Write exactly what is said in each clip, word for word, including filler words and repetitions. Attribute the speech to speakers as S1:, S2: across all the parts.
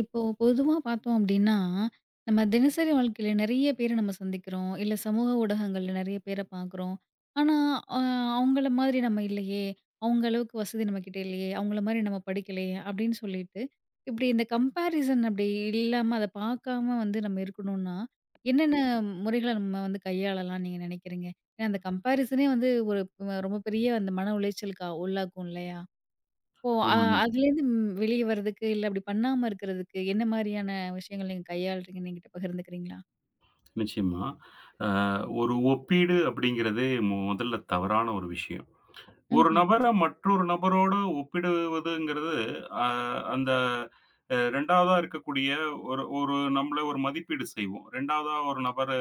S1: இப்போ பொதுவா பார்த்தோம் அப்டின்னா, நம்ம தினசரி வாழ்க்கையில நெறைய பேர நம்ம சந்திக்கிறோம். இல்ல சமூக ஊடகங்கள்ல நெறைய பேர பார்க்குறோம். ஆனா, அ அவங்கள மாதிரி நம்ம இல்லையே! அவங்க அளவுக்கு வசதி நம்மகிட்ட இல்லையே! அவங்கள மாரி நம்ம படிக்கலையே! அப்டின்னு சொல்லிட்டு, இப்டி இந்த கம்பேரிசன் அப்டி இல்லாம அத பார்க்காம வந்து நம்ம இருக்கணும்னா, என்னென்ன முறைகள நம்ம வந்து கையாளலாம் நீங்க நெனைக்கிறீங்க? ஏன்னா அந்த கம்பேரிசனே வந்து ஒரு அஹ், ரொம்ப பெரிய அந்த மன உளைச்சலுக்கு ஆ- உள்ளாக்கும் இல்லையா? ஓ! அ
S2: ஆமா. நி
S1: அதுலேருந்து ம் வெளிய வரதுக்கு, இல்ல அப்படி பண்ணாம இருக்கிறதுக்கு, என்ன மாரியான விஷயங்கள் நீங்க கையாளுறீங்கன்னு என்கிட்ட பகிர்ந்துக்கிறீங்களா?
S2: நிச்சயமா. அ ஒரு ஒப்பீடு அப்படிங்கிறதே முதல்ல தவறான ஒரு விஷயம். ஒரு
S1: ம்ஹ்ம்.
S2: நபர மற்றொரு நபரோடு ஒப்பிடுவதுங்கிறது, அ அந்த அ இரண்டாவதா இருக்கக்கூடிய ஒரு ஒரு நம்மள ஒரு மதிப்பீடு செய்வோம். 2வதா ஒரு நபரு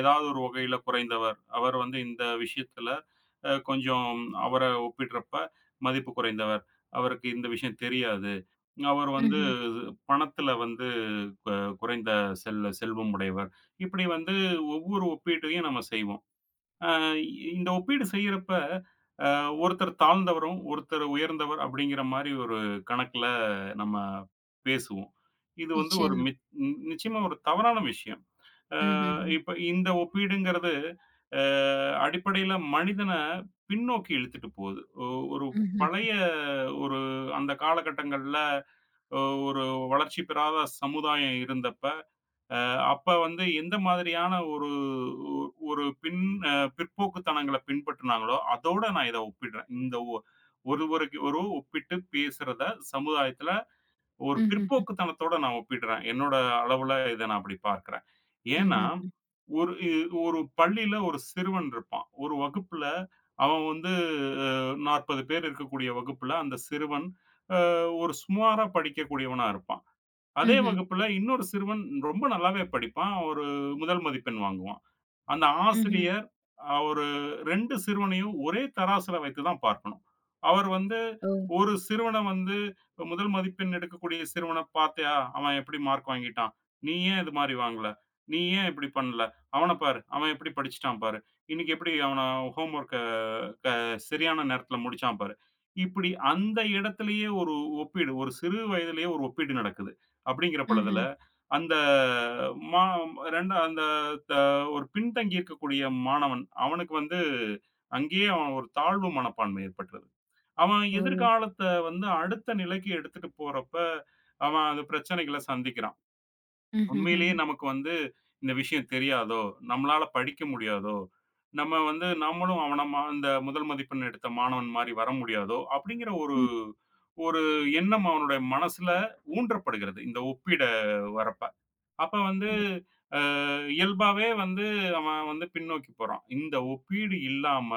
S2: ஏதாவது ஒரு வகையில குறைந்தவர். அவர் வந்து இந்த விஷயத்துல அ கொஞ்சம் அவர ஒப்பிடுறப்ப மதிப்பு குறைந்தவர். அவருக்கு இந்த விஷயம் தெரியாது. அவர் வந்து
S1: ம்ஹ்ம்.
S2: பணத்துல வந்து கு குறைந்த செல் செல்வம் உடையவர். இப்படி வந்து ஒவ்வொரு ஒப்பீட்டையும் நம்ம செய்வோம். அ இந்த ஒப்பீடு செய்யறப்ப, அ ஒருத்தர் தாழ்ந்தவரும், ஒருத்தர் உயர்ந்தவர் அப்படிங்கிற மாரி ஒரு கணக்குல நம்ம பேசுவோம். இது வந்து ஒரு
S1: நிச்சயமா.
S2: மி நிச்சயமா ஒரு தவறான விஷயம். அ
S1: ம்ஹ்ஹ்ம்.
S2: இப்ப இந்த ஒப்பீடுங்கிறது அ அடிப்படையில மனிதன பின்னோக்கி இழுத்துட்டு போகுது. ஒ ஒரு
S1: ம்ஹ்ம்.
S2: பழைய ஒரு அந்த காலகட்டங்கள்ல அ ஒரு வளர்ச்சி பெறாத சமுதாயம் இருந்தப்ப, அ அப்ப வந்து எந்த மாதிரியான ஒரு ஒரு பின் அ பிற்போக்குத்தனங்கள பின்பற்றினாங்களோ, அதோட நான் இத ஒப்பிடுறேன். இந்த ஒ ஒருவருக்கு ஒரு ஒப்பிட்டு பேசுறத சமுதாயத்துல ஒரு
S1: ம்ஹ்ஹ்ம்.
S2: பிற்போக்குத்தனத்தோட நான் ஒப்பிடுறேன். என்னோட அளவுல இத நான் அப்படி பார்க்கிறேன். ஏன்னா,
S1: ம்ஹ்ஹ்ம்.
S2: ஒரு இ ஒரு பள்ளியில ஒரு சிறுவன் இருப்பான். ஒரு வகுப்புல அவன் வந்து அ நாற்பது பேர் இருக்கக்கூடிய வகுப்புல அந்த சிறுவன் அ ஒரு சுமாரா படிக்கக்கூடியவனா இருப்பான். அதே
S1: ம்ஹ்ம்.
S2: வகுப்புல இன்னொரு சிறுவன் ரொம்ப நல்லாவே படிப்பான். ஒரு முதல் மதிப்பெண் வாங்குவான். அந்த
S1: ம்ஹ்ம்.
S2: ஆசிரியர் அ ஒரு இரண்டு சிறுவனையும் ஒரே தராசுல வைத்து தான் பார்க்கணும். அவர் வந்து
S1: ஓ!
S2: ஒரு சிறுவன வந்து இப்ப முதல் மதிப்பெண் எடுக்கக்கூடிய சிறுவன பார்த்தியா? அவன் எப்படி மார்க் வாங்கிட்டான்? நீ ஏன் இது மாரி வாங்கல? நீ ஏன் இப்படி பண்ணல? அவன பாரு. அவன் எப்படி படிச்சுட்டான் பாரு. இன்னைக்கு எப்படி அவன ஹோம் ஒர்க்க க சரியான நேரத்துல முடிச்சான் பாரு. இப்படி அந்த இடத்திலேயே ஒரு ஒப்பீடு, ஒரு சிறு வயதிலேயே ஒரு ஒப்பீடு நடக்குது. அப்படிங்கிற பழுதுல
S1: ம்ஹ்ம்.
S2: அந்த மா இரண்டு அந்த த ஒரு பின்தங்கி இருக்கக்கூடிய மாணவன், அவனுக்கு வந்து அங்கேயே அவன் ஒரு தாழ்வு மனப்பான்மை ஏற்பட்டுருது. அவன்
S1: ஓ!
S2: எதிர்காலத்த வந்து அடுத்த நிலைக்கு எடுத்துட்டு போறப்ப, அவன் அந்த பிரச்சனைகள சந்திக்கிறான்.
S1: ம்ஹ்ஹ்ஹ்ம்.
S2: உண்மையிலேயே நமக்கு வந்து இந்த விஷயம் தெரியாதோ! நம்மளால படிக்க முடியாதோ! நம்ம வந்து நம்மளும் அவன மா அந்த முதல் மதிப்பெண் எடுத்த மாணவன் மாரி வர முடியாதோ! அப்படிங்கிற ஒரு
S1: ம்.
S2: ஒரு எண்ணம் அவனுடைய மனசுல ஊன்றப்படுகிறது. இந்த ஒப்பீட வரப்ப. அப்ப வந்து
S1: ம்.
S2: அ இயல்பாவே வந்து அவன் வந்து பின்னோக்கி போறான். இந்த ஒப்பீடு இல்லாம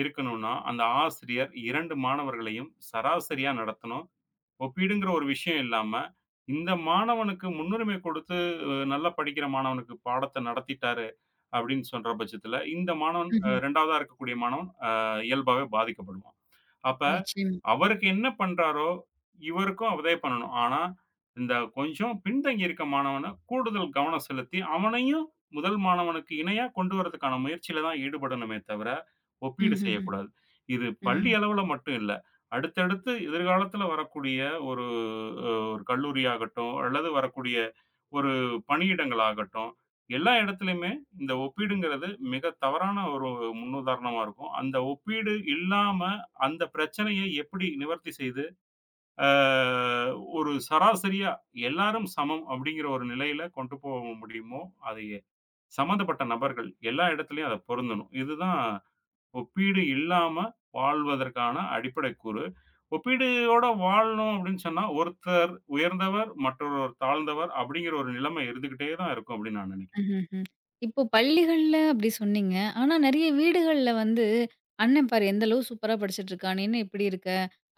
S2: இருக்கணும்னா, அந்த ஆசிரியர் இரண்டு மாணவர்களையும் சராசரியா நடத்தணும். ஒப்பீடுங்கிற ஒரு விஷயம் இல்லாம, இந்த மாணவனுக்கு முன்னுரிமை கொடுத்து அஹ், நல்லா படிக்கிற மாணவனுக்கு பாடத்த நடத்திட்டாரு அப்படின்னு சொல்ற பட்சத்துல, இந்த மாணவன் அ
S1: ம்ஹ்ம்.
S2: 2வதா இருக்கக்கூடிய மாணவன் அ இயல்பாவே பாதிக்கப்படுவான். அப்ப
S1: நிச்சயமா.
S2: அவருக்கு என்ன பண்றாரோ, இவருக்கும் அதே பண்ணணும். ஆனா, இந்த கொஞ்சம் பின்தங்கி இருக்க மாணவன கூடுதல் கவனம் செலுத்தி, அவனையும் முதல் மாணவனுக்கு இணையா கொண்டு வரதுக்கான முயற்சியில தான் ஈடுபடணுமே தவிர, ஒப்பீடு
S1: ம்ஹ்ஹ்ம்.
S2: செய்யக்கூடாது. இது பள்ளி
S1: ம்.
S2: அளவுல மட்டும் இல்ல. அடுத்தடுத்து எதிர்காலத்துல வரக்கூடிய ஒரு அ ஒரு கல்லூரியாகட்டும், அல்லது வரக்கூடிய ஒரு பணியிடங்கள் ஆகட்டும், எல்லா இடத்துலயுமே இந்த ஒப்பீடுங்கிறது மிக தவறான ஒரு முன்னுதாரணமா இருக்கும். அந்த ஒப்பீடு இல்லாம அந்த பிரச்சனைய எப்படி நிவர்த்தி செய்து, அ ஒரு சராசரியா எல்லாரும் சமம் அப்படிங்கிற ஒரு நிலையில கொண்டு போக முடியுமோ, அது சம்மந்தப்பட்ட நபர்கள் எல்லா இடத்துலயும் அது பொருந்தணும். இதுதான் ஒப்பீடு இல்லாம வாழ்வதற்கான அடிப்படை கூறு. ஒப்பீடோட வாழணும் அப்படின்னு சொன்னா, ஒருத்தர் உயர்ந்தவர், மற்றொருவர் தாழ்ந்தவர் அப்படிங்கிற ஒரு நிலைமை இருந்துகிட்டே தான் இருக்கும் அப்படின்னு நான் நினைக்கிறேன்.
S1: ம்ஹ்ஹ்ம். இப்போ பள்ளிகள்ல அப்படி சொன்னீங்க. ஆனா நெறைய வீடுகள்ல வந்து, "அண்ணன் பாரு எந்த அளவு சூப்பரா படிச்சுட்டுருக்கா. நீ என்ன இப்படி இருக்க?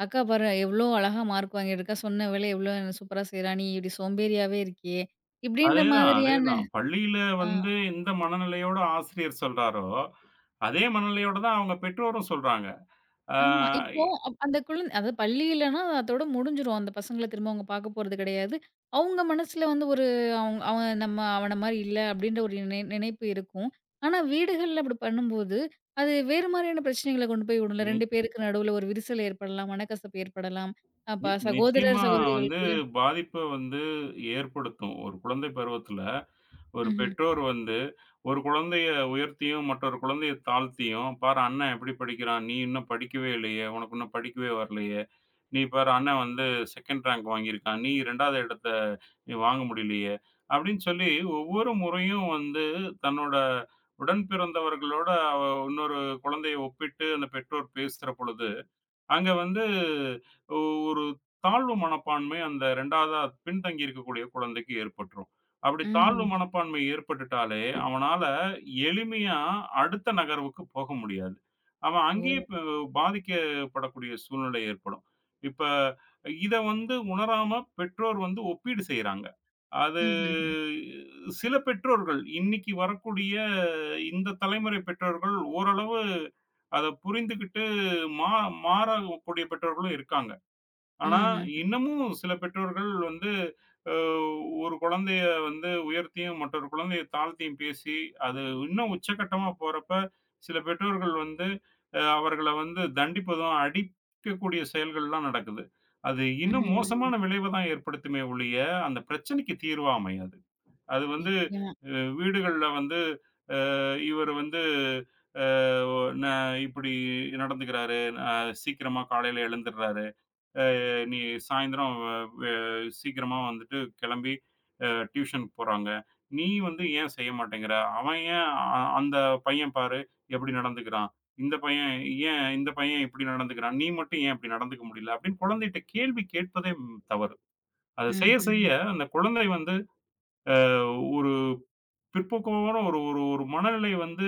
S1: அக்கா பாரு எவ்ளோ அழகா மார்க் வாங்கியிருக்கா. சொன்ன வேலைய எவ்ளோ சூப்பரா செய்றா. நீ இப்படி சோம்பேறியாவே இருக்கியே." இப்படின்ற
S2: அதேதான்,
S1: மாதிரியான
S2: அதேதான். பள்ளியில
S1: ஆ.
S2: வந்து எந்த மனநிலையோட ஆசிரியர் சொல்றாரோ, அதே மனநிலையோட தான் அவங்க பெற்றோரும் சொல்றாங்க. ஆ
S1: ஆமா. இப்போ அப் அந்த குழந்தை அதாவது பள்ளியிலன்னா அதோட முடிஞ்சிரும். அந்த பசங்கள திரும்ப அவங்க பார்க்க போறது கிடையாது. அவங்க மனசுல வந்து ஒரு அவங் அவன் நம்ம அவன மாரி இல்ல அப்டின்ற ஒரு நினை நினைப்பு இருக்கும். ஆனா வீடுகள்ல அப்படி பண்ணும்போது, அது வேறு மாரியான பிரச்சனைகள கொண்டு போய் விடும்ல.
S2: நி
S1: இரண்டு பேருக்கு நடுவுல ஒரு விரிசல் ஏற்படலாம், மனக்கசப்பு ஏற்படலாம்.
S2: நி
S1: அப்ப சகோதரர்
S2: நிச்சயமா வந்து
S1: சகோதரிகளுக்குள்ள
S2: பாதிப்ப வந்து ஏற்படுத்தும். ஒரு குழந்தை பருவத்தில. ஒரு
S1: ம்ஹ்ம்.
S2: பெற்றோர் வந்து ஒரு குழந்தைய உயர்த்தியும், மற்றொரு குழந்தைய தாழ்த்தியும், "பாரு அண்ணன் எப்படி படிக்கிறான். நீ இன்னும் படிக்கவே இல்லையே! உனக்கு இன்னும் படிக்கவே வரலையே! நீ பாரு அண்ணன் வந்து செகண்ட் ரேங்க் வாங்கியிருக்கான். நீ இரண்டாவது இடத்த நீ வாங்க முடியலையே!" அப்படின்னு சொல்லி ஒவ்வொரு முறையும் வந்து தன்னோட உடன் பிறந்தவர்களோட அவ இன்னொரு குழந்தைய ஒப்பிட்டு அந்த பெற்றோர் பேசுற பொழுது அங்க வந்து ஒ- ஒரு தாழ்வு மனப்பான்மை அந்த 2வதா பின்தங்கி இருக்கக்கூடிய குழந்தைக்கு ஏற்பட்டுரும். அப்படி தாழ்வு
S1: ம்ஹ்ஹ்ம்.
S2: மனப்பான்மை ஏற்பட்டுட்டாலே, அவனால எளிமையா அடுத்த நகர்வுக்கு போக முடியாது. அவன் அங்கேயே
S1: ஓ!
S2: ப பாதிக்கப்படக்கூடிய சூழ்நிலை ஏற்படும். இப்ப இத வந்து உணராம பெற்றோர் வந்து ஒப்பீடு செய்றாங்க. அது
S1: ம்ஹ்ஹ்ம்.
S2: சில பெற்றோர்கள் இன்னைக்கு வரக்கூடிய இந்த தலைமுறை பெற்றோர்கள் ஓரளவு அத புரிந்துகிட்டு மா மாறக்கூடிய பெற்றோர்களும் இருக்காங்க. ஆனா,
S1: ம்ஹ்ஹ்ம்.
S2: இன்னமும் சில பெற்றோர்கள் வந்து அ ஒரு குழந்தைய வந்து உயர்த்தியும், மற்றொரு குழந்தைய தாழ்த்தியும் பேசி, அது இன்னும் உச்சகட்டமா போறப்ப, சில பெற்றோர்கள் வந்து அ அவர்கள வந்து தண்டிப்பதும், அடிக்கக்கூடிய செயல்கள்லாம் நடக்குது. அது இன்னும்
S1: ம்.
S2: மோசமான விளைவ தான் ஏற்படுத்துமே ஒழிய, அந்த பிரச்சனைக்கு தீர்வா அமையாது. அது வந்து
S1: நிச்சயமா.
S2: அ வீடுகள்ல வந்து இவரு வந்து ந இப்படி நடந்துக்கிறாரு. அ சீக்கிரமா காலையில எழுந்துடுறாரு. அ நீ சாயந்தரம் வெ சீக்கிரமா வந்துட்டு கிளம்பி அ டியூஷன் போறாங்க. நீ வந்து ஏன் செய்ய மாட்டேங்கிற? அவன் ஏன் அ அந்த பையன் பாரு எப்படி நடந்துக்கிறான். இந்த பையன் ஏன் இந்த பையன் இப்படி நடந்துக்கிறான். நீ மட்டும் ஏன் இப்படி நடந்துக்க முடியல? அப்படின்னு குழந்தைகிட்ட கேள்வி கேட்பதே ம், தவறு. அத செய்ய
S1: ம்ஹ்ஹ்ம்.
S2: செய்ய அந்த குழந்தை வந்து ஒரு பிற்போக்கான ஒரு ஒரு ஒரு மனநிலை வந்து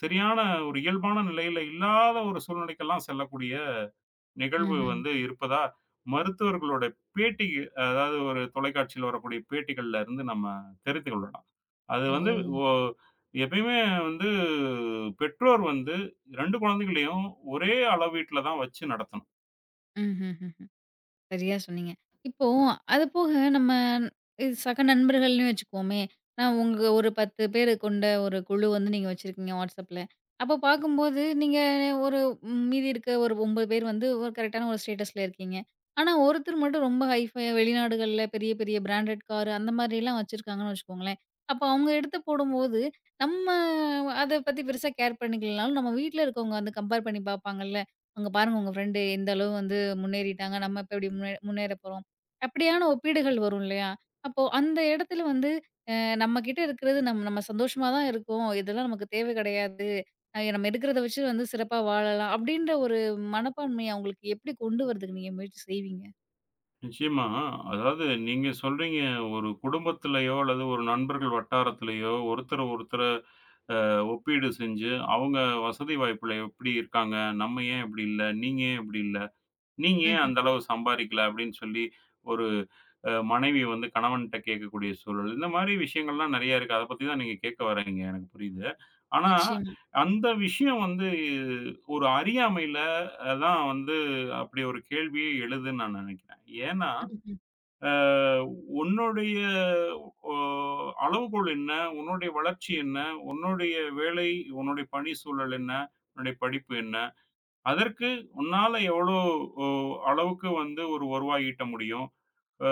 S2: சரியான ஒரு இயல்பான நிலையில இல்லாத ஒரு சூழ்நிலைக்கெல்லாம் செல்லக்கூடிய நிகழ்வு
S1: ம்ஹ்ம்.
S2: வந்து இருப்பதா, மருத்துவர்களோட பேட்டி அதாவது ஒரு தொலைக்காட்சியில வரக்கூடிய பேட்டிகள்ல இருந்து நம்ம தெரிந்து கொள்ளலாம். அது
S1: ஓ!
S2: வந்து ஒ எப்பயுமே வந்து பெற்றோர் வந்து இரண்டு குழந்தைகளையும் ஒரே அளவீட்ல தான் வச்சு நடத்தணும்.
S1: ம்ஹ்ஹ்ம். சரியா சொன்னீங்க. இப்போ அது போக நம்ம இது சக நண்பர்கள்னு வச்சுக்குவோமே, நான் உங்க ஒரு பத்து பேர் கொண்ட ஒரு குழு வந்து நீங்க வச்சிருக்கீங்க WhatsAppல. அப்போ பார்க்கும்போது நீங்க ஒரு ம், மீதி இருக்க ஒரு ஒன்பது பேர் வந்து ஒரு கரெக்ட்டான ஒரு ஸ்டேட்டஸ்ல இருக்கீங்க. ஆனா ஒருத்தர் மட்டும் ரொம்ப ஹைஃபையா வெளிநாடுகள்ல பெரிய பெரிய பிராண்டட் கார் அந்த மாதிரிலாம் வச்சிருக்காங்கன்னு வச்சுக்கோங்களேன். அப்போ அவங்க எடுத்து போடும்போது, நம்ம அத பத்தி பெருசா கேர் பண்ணிக்கலனாலும், நம்ம வீட்ல இருக்கவங்க வந்து கம்பேர் பண்ணி பார்ப்பாங்கல்ல. அங்க பாருங்க உங்க ஃப்ரெண்டு எந்த அளவு வந்து முன்னேறிட்டாங்க. நம்ம இப்ப எப்படி முன்னே முன்னேறப் போறோம். அப்படியான ஒப்பீடுகள் வரும் இல்லையா? அப்போ அந்த இடத்துல வந்து அ நம்ம கிட்ட இருக்கிறது நம்ம நம்ம சந்தோஷமா தான் இருக்கோம். இதெல்லாம் நமக்கு தேவை கிடையாது. அ நம்ம இருக்கிறத வச்சு வந்து சிறப்பா வாழலாம். அப்படின்ற ஒரு மனப்பான்மைய அவங்களுக்கு எப்படி கொண்டு வரதுக்கு நீங்க முயற்சி செய்வீங்க?
S2: நிச்சயமா. அதாவது நீங்க சொல்றீங்க ஒரு குடும்பத்திலயோ அல்லது ஒரு நண்பர்கள் வட்டாரத்திலயோ ஒருத்தர ஒருத்தர அ ஒப்பீடு செஞ்சு, அவங்க வசதி வாய்ப்புல எப்படி இருக்காங்க? நம்ம ஏன் இப்படி இல்ல? நீங்க ஏன் இப்படி இல்ல? நீங்க ஏன்
S1: ம்ஹ்ம்.
S2: அந்த அளவு சம்பாரிக்கல? அப்படின்னு சொல்லி ஒரு அ மனைவி வந்து கணவன்ட்ட கேட்கக்கூடிய சூழல். இந்த மாரி விஷயங்கள்லாம் நெறைய இருக்கு. அத பத்தி தான் நீங்க கேட்க வர்றீங்க. எனக்கு புரியுது. ஆனா,
S1: நிச்சயமா.
S2: அந்த விஷயம் வந்து ஒரு அறியாமையில அதான் வந்து அப்படி ஒரு கேள்வியே எழுதுன்னு நான் நெனைக்கிறேன். ஏன்னா
S1: ம்ஹ்ம்.
S2: அ உன்னுடைய ஒ அளவுகோல் என்ன? உன்னுடைய வளர்ச்சி என்ன? உன்னுடைய வேலை, உன்னுடைய பணி சூழல் என்ன? உன்னுடைய படிப்பு என்ன? அதற்கு உன்னால எவ்வளோ ஒ அளவுக்கு வந்து ஒரு வருவாய் ஈட்ட முடியும்? அ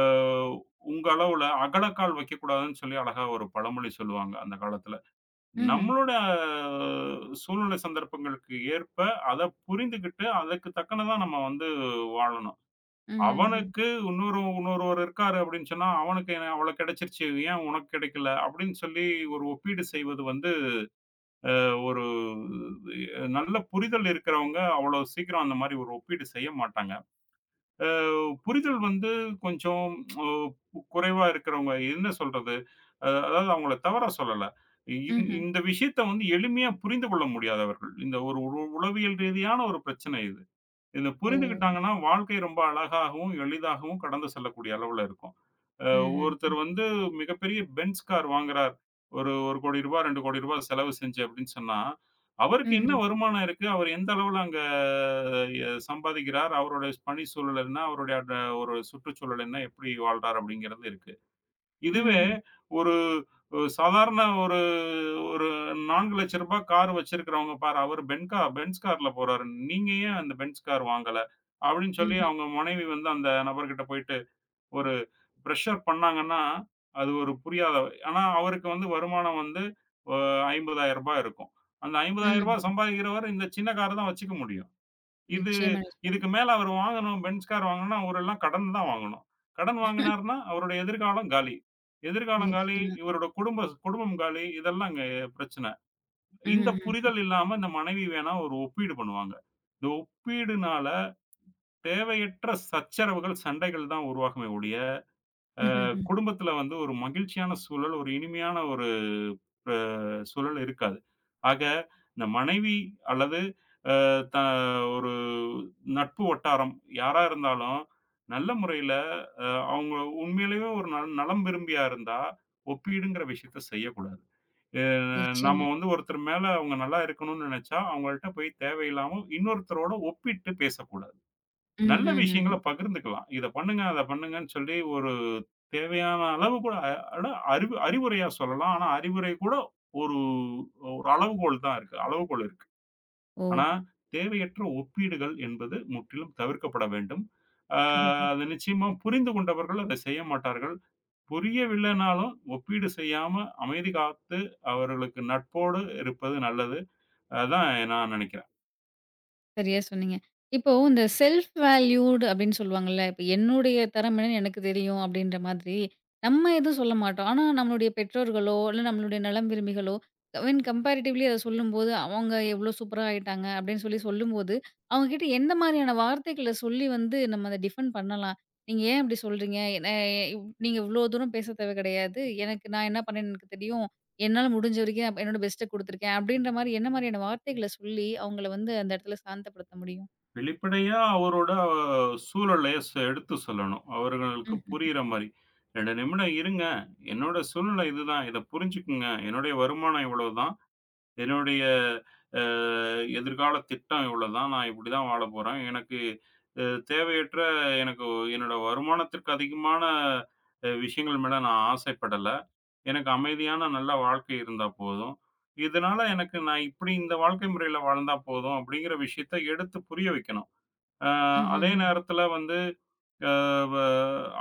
S2: உங்க அளவுல அகலக்கால் வைக்கக்கூடாதுன்னு சொல்லி அழகா ஒரு பழமொழி சொல்லுவாங்க அந்த காலத்துல.
S1: ம்ஹ்ம்.
S2: நம்மளோட அஹ், சூழ்நிலை சந்தர்ப்பங்களுக்கு ஏற்ப அத புரிந்துகிட்டு, அதுக்கு தக்கன தான் நம்ம வந்து வாழணும்.
S1: ம்ஹ்ம்.
S2: அவனுக்கு இன்னொரு இன்னொருவர் இருக்காரு அப்படின்னு சொன்னா, "அவனுக்கு என்ன அவ்வளோ கிடைச்சிருச்சு. ஏன் உனக்கு கிடைக்கல?" அப்படின்னு சொல்லி ஒரு ஒப்பீடு செய்வது வந்து ஒரு அஹ், நல்ல புரிதல் இருக்கிறவங்க அவ்வளோ சீக்கிரம் அந்த மாரி ஒரு ஒப்பீடு செய்ய மாட்டாங்க. அ புரிதல் வந்து கொஞ்சம் அஹ், கு- குறைவா இருக்கிறவங்க என்ன சொல்றது? அ அதாவது அவங்கள தவறா சொல்லல. இந்
S1: ம்ஹ்ம்.
S2: இந்த விஷயத்த வந்து எளிமையா புரிந்து கொள்ள முடியாதவர்கள். இந்த ஒரு உள- உளவியல் ரீதியான ஒரு பிரச்சனை இது. இத
S1: ஓ!
S2: புரிந்துகிட்டாங்கன்னா, வாழ்க்கை ரொம்ப அழகாகவும், எளிதாகவும் கடந்து செல்லக்கூடிய அளவுல இருக்கும். அ
S1: ம்ஹ்ம்.
S2: ஒருத்தர் வந்து மிகப்பெரிய பென்ஸ் கார் வாங்குறார். ஒரு ரூ. 1,00,00,000 இரண்டு கோடி ரூபாய் செலவு செஞ்சு அப்படின்னு சொன்னா, அவருக்கு என்ன
S1: ம்ஹ்ம்.
S2: வருமானம் இருக்கு? அவர் எந்த அளவுல அங்க எ சம்பாதிக்கிறார்? அவருடைய பணி சூழல் என்ன? அவருடைய அந்த ஒரு சுற்றுச்சூழல் என்ன? எப்படி வாழ்றார்? அப்படிங்கிறது இருக்கு. இதுவே
S1: ம்ஹ்ம்.
S2: ஒரு ஒ சாதாரண ஒரு ஒரு நான்கு லட்சம் ரூபாய் கார் வச்சிருக்கிறவங்க பாரு, அவரு பென்கா பென்ஸ் கார்ல போறாரு. நீங்க ஏன் அந்த பென்ஸ் கார் வாங்கல? அப்படின்னு சொல்லி
S1: ம்ஹ்ம்.
S2: அவங்க மனைவி வந்து அந்த நபர்கிட்ட போயிட்டு ஒரு பிரஷர் பண்ணாங்கன்னா, அது ஒரு புரியாத ஆனா அவருக்கு வந்து வருமானம் வந்து அ ரூ. ஐம்பதாயிரம் இருக்கும். அந்த ரூ. ஐம்பதாயிரம்
S1: ம்.
S2: சம்பாதிக்கிறவரு இந்த சின்ன கார் தான் வச்சுக்க முடியும். இது
S1: நிச்சயமா, நிச்சயமா.
S2: இதுக்கு மேல அவரு வாங்கணும் பென்ஸ் கார் வாங்கணும்னா, அவரெல்லாம் கடன் தான் வாங்கணும். கடன் வாங்கினாருன்னா, அவருடைய எதிர்காலம் காலி. எதிர்காலம் காலி,
S1: நிச்சயமா.
S2: இவரோட குடும்ப குடும்பம் காலி. இதெல்லாம் இங்க பிரச்சனை. இந்த
S1: ம்ஹ்ம்.
S2: புரிதல் இல்லாம இந்த மனைவி வேணா ஒரு ஒப்பீடு பண்ணுவாங்க. இந்த ஒப்பீடுனால தேவையற்ற சச்சரவுகள், சண்டைகள் தான் உருவாகுமே ஒழிய,
S1: ம்ஹ்ம்.
S2: குடும்பத்துல வந்து ஒரு மகிழ்ச்சியான சூழல், ஒரு இனிமையான ஒரு அ சூழல் இருக்காது. ஆக, இந்த மனைவி அல்லது த ஒரு நட்பு வட்டாரம் யாரா இருந்தாலும், நல்ல முறையில அ அவங்க உண்மையிலேயே ஒரு நல் நலம் விரும்பியா இருந்தா, ஒப்பீடுங்கிற விஷயத்த செய்யக்கூடாது. அ
S1: நிச்சயமா.
S2: நாம வந்து ஒருத்தர் மேல அவங்க நல்லா இருக்கணும்னு நெனச்சா, அவங்கள்ட்ட போய் தேவையில்லாம இன்னொருத்தரோட ஒப்பிட்டு பேசக்கூடாது. நல்ல
S1: ம்ஹ்ஹ்ஹ்ம்.
S2: விஷயங்கள பகிர்ந்துக்கலாம். "இத பண்ணுங்க, அத பண்ணுங்கன்னு" சொல்லி ஒரு தேவையான அளவு கூட அ- அட அறிவு அறிவுரையா சொல்லலாம். ஆனா, அறிவுரை கூட ஒரு ஒரு அளவுகோல் தான் இருக்கு. அளவுகோல் இருக்கு.
S1: ஓஹோ!
S2: ஆனா, தேவையற்ற ஒப்பீடுகள் என்பது முற்றிலும் தவிர்க்கப்பட வேண்டும். ஆ
S1: ம்ஹ்ஹ்ம்.
S2: அது நிச்சயமா புரிந்து கொண்டவர்கள் அதை செய்ய மாட்டார்கள். புரியவில்லைனாலும் ஒப்பீடு செய்யாம அமைதி காத்து அவர்களுக்கு நட்போடு இருப்பது நல்லது. அதான் நான் நினைக்கிறேன்.
S1: சரியா சொன்னீங்க. இப்போ இந்த செல்ஃப் வேல்யூட் அப்படின்னு சொல்லுவாங்கல்ல. இப்ப என்னுடைய தரம் என்னன்னு எனக்கு தெரியும் அப்படின்ற மாதிரி, நம்ம எதுவும் சொல்ல மாட்டோம். ஆனா, நம்மளுடைய பெற்றோர்களோ, இல்ல நம்மளுடைய நலம் விரும்பிகளோ, வென் கம்பேரிட்டிவ்லி அத சொல்லும்போது, அவங்க எவ்வளோ சூப்பரா ஆயிட்டாங்க அப்படின்னு சொல்லி சொல்லும்போது, அவங்க கிட்ட எந்த மாரியான வார்த்தைகள சொல்லி வந்து நம்ம அத டிஃபெண்ட் பண்ணலாம்? நீங்க ஏன் இப்படி சொல்றீங்க? எ ந நீங்க இவ்ளோ தூரம் பேச தேவை கிடையாது. எனக்கு நான் என்ன பண்ணேன்னு எனக்கு தெரியும். என்னால முடிஞ்ச வரைக்கும் அப் என்னோட பெஸ்ட்ட குடுத்துருக்கேன். அப்படின்ற மாரி என்ன மாரியான வார்த்தைகள சொல்லி, அவங்கள வந்து அந்த இடத்துல சாந்தப்படுத்த முடியும்?
S2: வெளிப்படையா அவரோட அஹ், சூழலை ஸ் எடுத்து சொல்லணும். அவர்களுக்கு
S1: ம்ஹ்ம்.
S2: புரியிற மாரி. இரண்டு நிமிடம் இருங்க. என்னோட சூழ்நிலை இதுதான். இத புரிஞ்சுக்குங்க. என்னுடைய வருமானம் இவ்வளவுதான். என்னுடைய அ எதிர்கால திட்டம் இவ்வளதான். நான் இப்படிதான் வாழப்போறேன். எனக்கு அ தேவையற்ற எனக்கு என்னோட வருமானத்திற்கு அதிகமான அ விஷயங்கள் மேல நான் ஆசைப்படல. எனக்கு அமைதியான நல்ல வாழ்க்கை இருந்தா போதும். இதனால எனக்கு நான் இப்படி இந்த வாழ்க்கை முறையில வாழ்ந்தா போதும் அப்படிங்கிற விஷயத்த எடுத்து புரிய வைக்கணும். அ அதே
S1: ம்ஹ்ஹ்ம்.
S2: நேரத்தில வந்து அ வ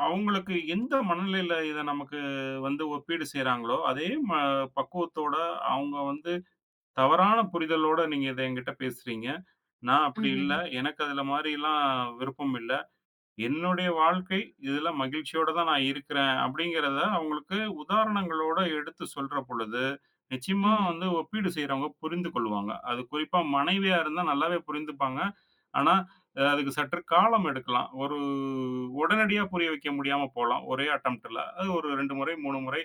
S2: அவங்களுக்கு எந்த மனநிலையில இத நமக்கு வந்து ஒப்பீடு செய்றாங்களோ, அதே ம பக்குவத்தோட அவங்க வந்து தவறான புரிதலோட நீங்க இத என்கிட்ட பேசுறீங்க. நான் அப்படி இல்ல.
S1: ம்ஹ்ஹ்ம்.
S2: எனக்கு அதுல மாரிலாம் விருப்பம் இல்ல. என்னுடைய வாழ்க்கை இதுல மகிழ்ச்சியோட தான் நான் இருக்கிறேன். அப்படிங்கிறத அவங்களுக்கு உதாரணங்களோட எடுத்து சொல்ற பொழுது, நிச்சயமா
S1: ம்ஹ்ம்.
S2: வந்து ஒப்பீடு செய்றவங்க புரிந்து கொள்வாங்க. அது குறிப்பா மனைவியா இருந்தா நல்லாவே புரிந்துப்பாங்க. ஆனா, அ அதுக்கு சற்று காலம் எடுக்கலாம். ஒரு உடனடியா புரிய வைக்க முடியாம போலாம். ஒரே அட்டம்ப்ட்ல. அது ஒரு இரண்டு முறை, மூன்று முறை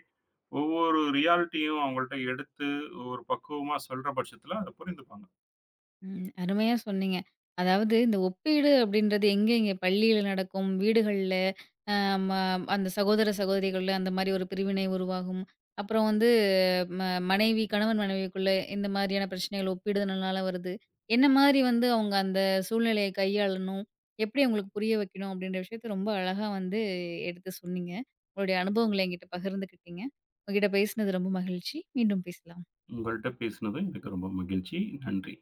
S2: ஒவ்வொரு ரியாலிட்டியும் அவங்கள்ட்ட எடுத்து ஒரு பக்குவமா சொல்ற பட்சத்துல அத புரிந்துப்பாங்க.
S1: ம். அருமையா சொன்னீங்க. அதாவது இந்த ஒப்பீடு அப்படின்றது எங்க எங்க பள்ளியில நடக்கும், வீடுகள்ல, அ ம அந்த சகோதர சகோதரிகள்ல அந்த மாரி ஒரு பிரிவினை உருவாகும். அப்புறம் வந்து ம மனைவி கணவன் மனைவிக்குள்ள இந்த மாதிரியான பிரச்சனைகள் ஒப்பிடுதல்னால வருது. என்ன மாதிரி வந்து அவங்க அந்த சூழ்நிலையை கையாளணும், எப்படி அவங்களுக்கு புரிய வைக்கணும் அப்படின்ற விஷயத்த ரொம்ப அழகா வந்து எடுத்து சொன்னீங்க. உங்களுடைய அனுபவங்கள என்கிட்ட பகிர்ந்துக்கிட்டீங்க. உங்ககிட்ட பேசினது ரொம்ப மகிழ்ச்சி. மீண்டும் பேசலாம்.
S2: உங்கள்ட்ட பேசினது எனக்கு ரொம்ப மகிழ்ச்சி. நன்றி.